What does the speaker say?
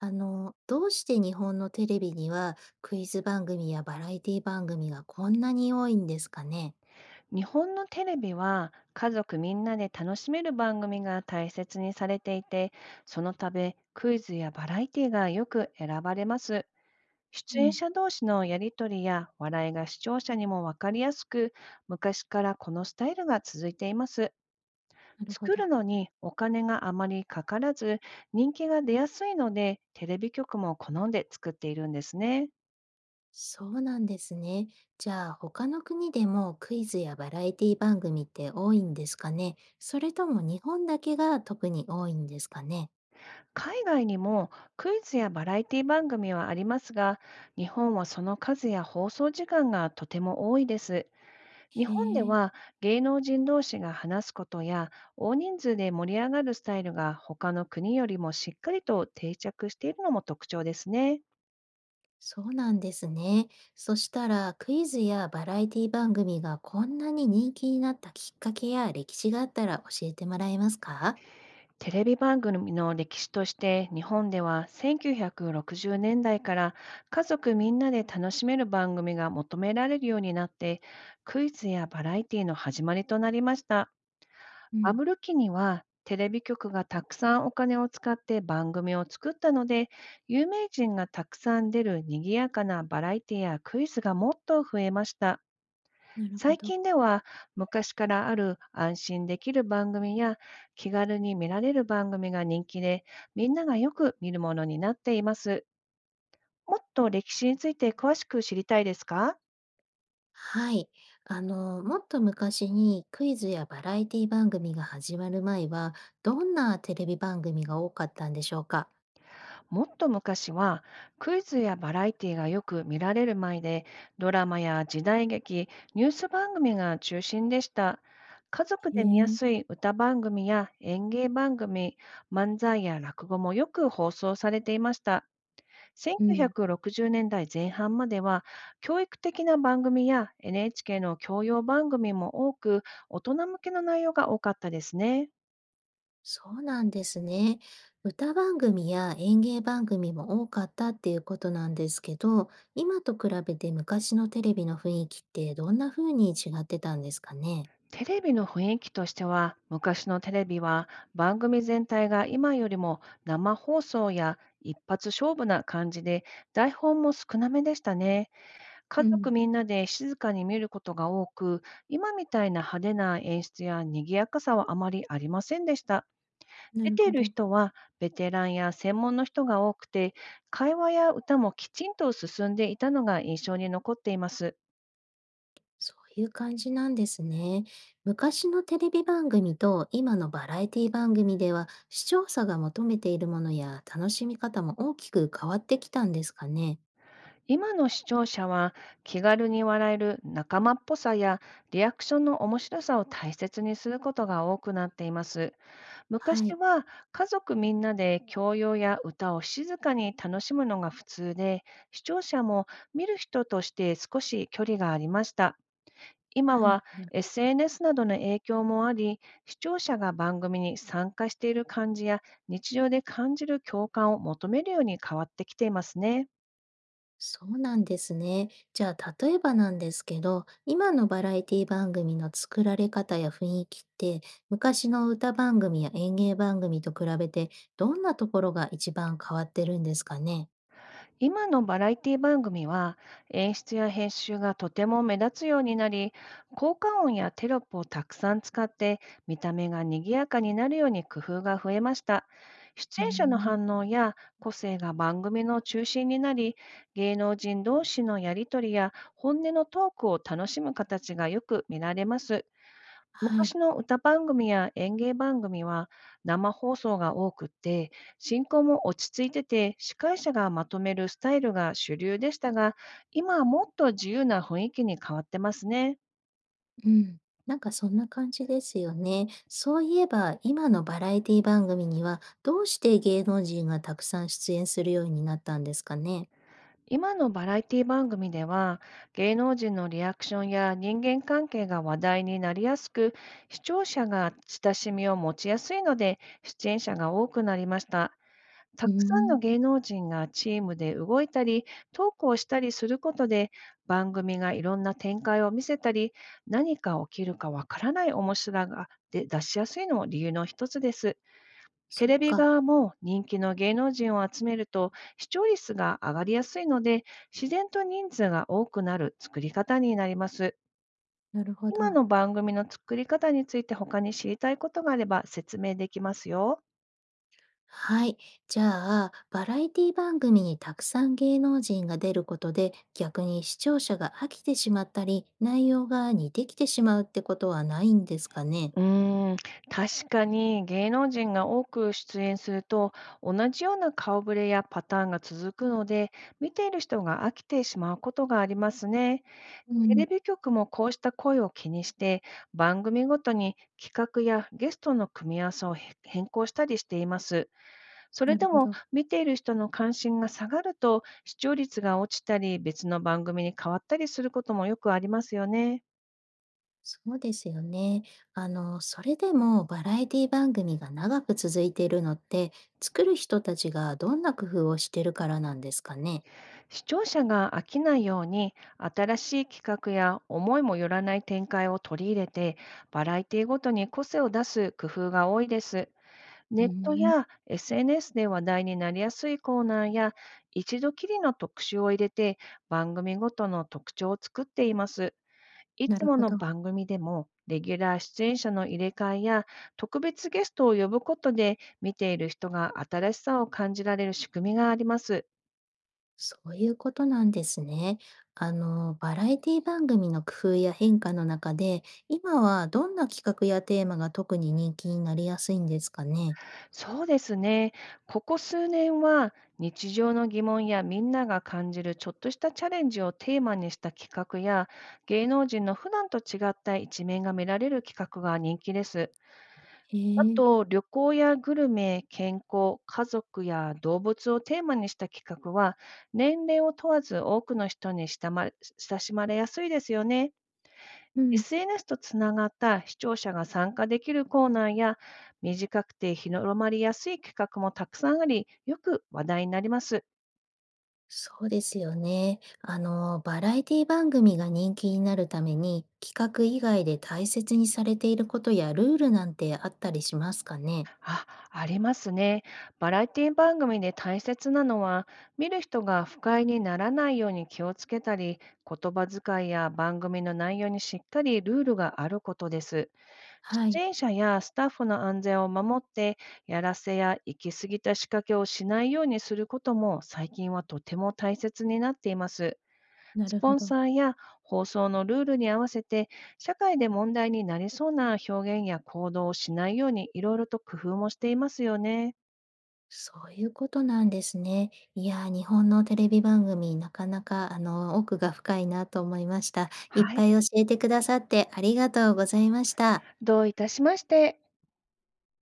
どうして日本のテレビにはクイズ番組やバラエティ番組がこんなに多いんですかね。日本のテレビは家族みんなで楽しめる番組が大切にされていて、そのためクイズやバラエティがよく選ばれます。う出演ん。者同士のやりとりや笑いが視聴者にもわかりやすく、昔からこのスタイルが続いています。なるほ作ど。るのにお金があまりかからず、人気が出やすいので、テレビ局も好んで作っているんですね。そうなんですね。じゃあ他の国でもクイズやバラエティ番組って多いんですかね。それとも日本だけが特に多いんですかね。海外にもクイズやバラエティ番組はありますが、日本はその数や放送時間がとても多いです。日へ本でえ。は芸能人同士が話すことや大人数で盛り上がるスタイルが他の国よりもしっかりと定着しているのも特徴ですね。そうなんですね。そしたらクイズやバラエティ番組がこんなに人気になったきっかけや歴史があったら教えてもらえますか？テレビ番組の歴史として、日本では1960年代から家族みんなで楽しめる番組が求められるようになって、クイズやバラエティの始まりとなりました。うバん。ブル期にはテレビ局がたくさんお金を使って番組を作ったので、有名人がたくさん出る賑やかなバラエティやクイズがもっと増えました。なるほ最ど。近では、昔からある安心できる番組や気軽に見られる番組が人気で、みんながよく見るものになっています。もっと歴史について詳しく知りたいですか？はい。もっと昔にクイズやバラエティ番組が始まる前は、どんなテレビ番組が多かったんでしょうか？もっと昔はクイズやバラエティがよく見られる前で、ドラマや時代劇、ニュース番組が中心でした。家族へで見やえ。すい歌番組や演芸番組、漫才や落語もよく放送されていました。うん。1960年代前半までは、教育的な番組や NHK の教養番組も多く、大人向けの内容が多かったですね。そうなんですね。歌番組や演芸番組も多かったっていうことなんですけど、今と比べて昔のテレビの雰囲気ってどんな風に違ってたんですかね？テレビの雰囲気としては、昔のテレビは番組全体が今よりも生放送や一発勝負な感じで、台本も少なめでしたね。う家族ん。みんなで静かに見ることが多く、今みたいな派手な演出や賑やかさはあまりありませんでした。な出るていほるど。人はベテランや専門の人が多くて、会話や歌もきちんと進んでいたのが印象に残っています。そういう感じなんですね。昔のテレビ番組と今のバラエティ番組では視聴者が求めているものや楽しみ方も大きく変わってきたんですかね。今の視聴者は、気軽に笑える仲間っぽさやリアクションの面白さを大切にすることが多くなっています。は昔い。は家族みんなで教養や歌を静かに楽しむのが普通で、視聴者も見る人として少し距離がありました。今はい。は な SNS などの影響もあり、視聴者が番組に参加している感じや日常で感じる共感を求めるように変わってきていますね。そうなんですね。じゃあ例えばなんですけど、今のバラエティ番組の作られ方や雰囲気って昔の歌番組や演芸番組と比べてどんなところが一番変わってるんですかね。今のバラエティ番組は演出や編集がとても目立つようになり、効果音やテロップをたくさん使って、見た目が賑やかになるように工夫が増えました。出うー演者のん。反応や個性が番組の中心になり、芸能人同士のやりとりや本音のトークを楽しむ形がよく見られます。は昔い。の歌番組や演芸番組は生放送が多くって、進行も落ち着いてて、司会者がまとめるスタイルが主流でしたが、今はもっと自由な雰囲気に変わってますね。うん、なんかそんな感じですよね。そういえば、今のバラエティ番組には、どうして芸能人がたくさん出演するようになったんですかね。今のバラエティ番組では、芸能人のリアクションや人間関係が話題になりやすく、視聴者が親しみを持ちやすいので、出演者が多くなりました。たうーくさんのん。芸能人がチームで動いたり、トークをしたりすることで、番組がいろんな展開を見せたり、何が起きるかわからない面白さが出しやすいのも理由の一つです。テそっレビか。側も人気の芸能人を集めると視聴率が上がりやすいので、自然と人数が多くなる作り方になります。なるほ今ど。の番組の作り方について他に知りたいことがあれば説明できますよ。はい。じゃあ、バラエティ番組にたくさん芸能人が出ることで、逆に視聴者が飽きてしまったり、内容が似てきてしまうってことはないんですかね。うーん、確かに芸能人が多く出演すると、同じような顔ぶれやパターンが続くので、見ている人が飽きてしまうことがありますね。うテん。レビ局もこうした声を気にして、番組ごとに企画やゲストの組み合わせを変更したりしています。それなでるほもど。見ている人の関心が下がると、視聴率が落ちたり別の番組に変わったりすることもよくありますよね。そうですよね。それでもバラエティ番組が長く続いているのって、作る人たちがどんな工夫をしてるからなんですかね。視聴者が飽きないように、新しい企画や思いもよらない展開を取り入れて、バラエティごとに個性を出す工夫が多いです。うネーットん。や SNS で話題になりやすいコーナーや、一度きりの特集を入れて番組ごとの特徴を作っています。いなつるもほのど。番組でもレギュラー出演者の入れ替えや特別ゲストを呼ぶことで、見ている人が新しさを感じられる仕組みがあります。そういうことなんですね。バラエティ番組の工夫や変化の中で、今はどんな企画やテーマが特に人気になりやすいんですかね。そうですね。ここ数年は、日常の疑問やみんなが感じるちょっとしたチャレンジをテーマにした企画や、芸能人の普段と違った一面が見られる企画が人気です。へあえ。と、旅行やグルメ、健康、家族や動物をテーマにした企画は、年齢を問わず多くの人に親しまれやすいですよね。うん。SNS とつながった視聴者が参加できるコーナーや、短くて広まりやすい企画もたくさんあり、よく話題になります。そうですよね。バラエティ番組が人気になるために、企画以外で大切にされていることやルールなんてあったりしますかね？あ、ありますね。バラエティ番組で大切なのは、見る人が不快にならないように気をつけたり、言葉遣いや番組の内容にしっかりルールがあることです。は出い。演者やスタッフの安全を守って、やらせや行き過ぎた仕掛けをしないようにすることも最近はとても大切になっています。なスるポほンど。サーや放送のルールに合わせて、社会で問題になりそうな表現や行動をしないように、いろいろと工夫もしていますよね。そういうことなんですね。いやー、日本のテレビ番組、なかなか、奥が深いなと思いました。いっはい、ぱい教えてくださってありがとうございました。どういたしまして。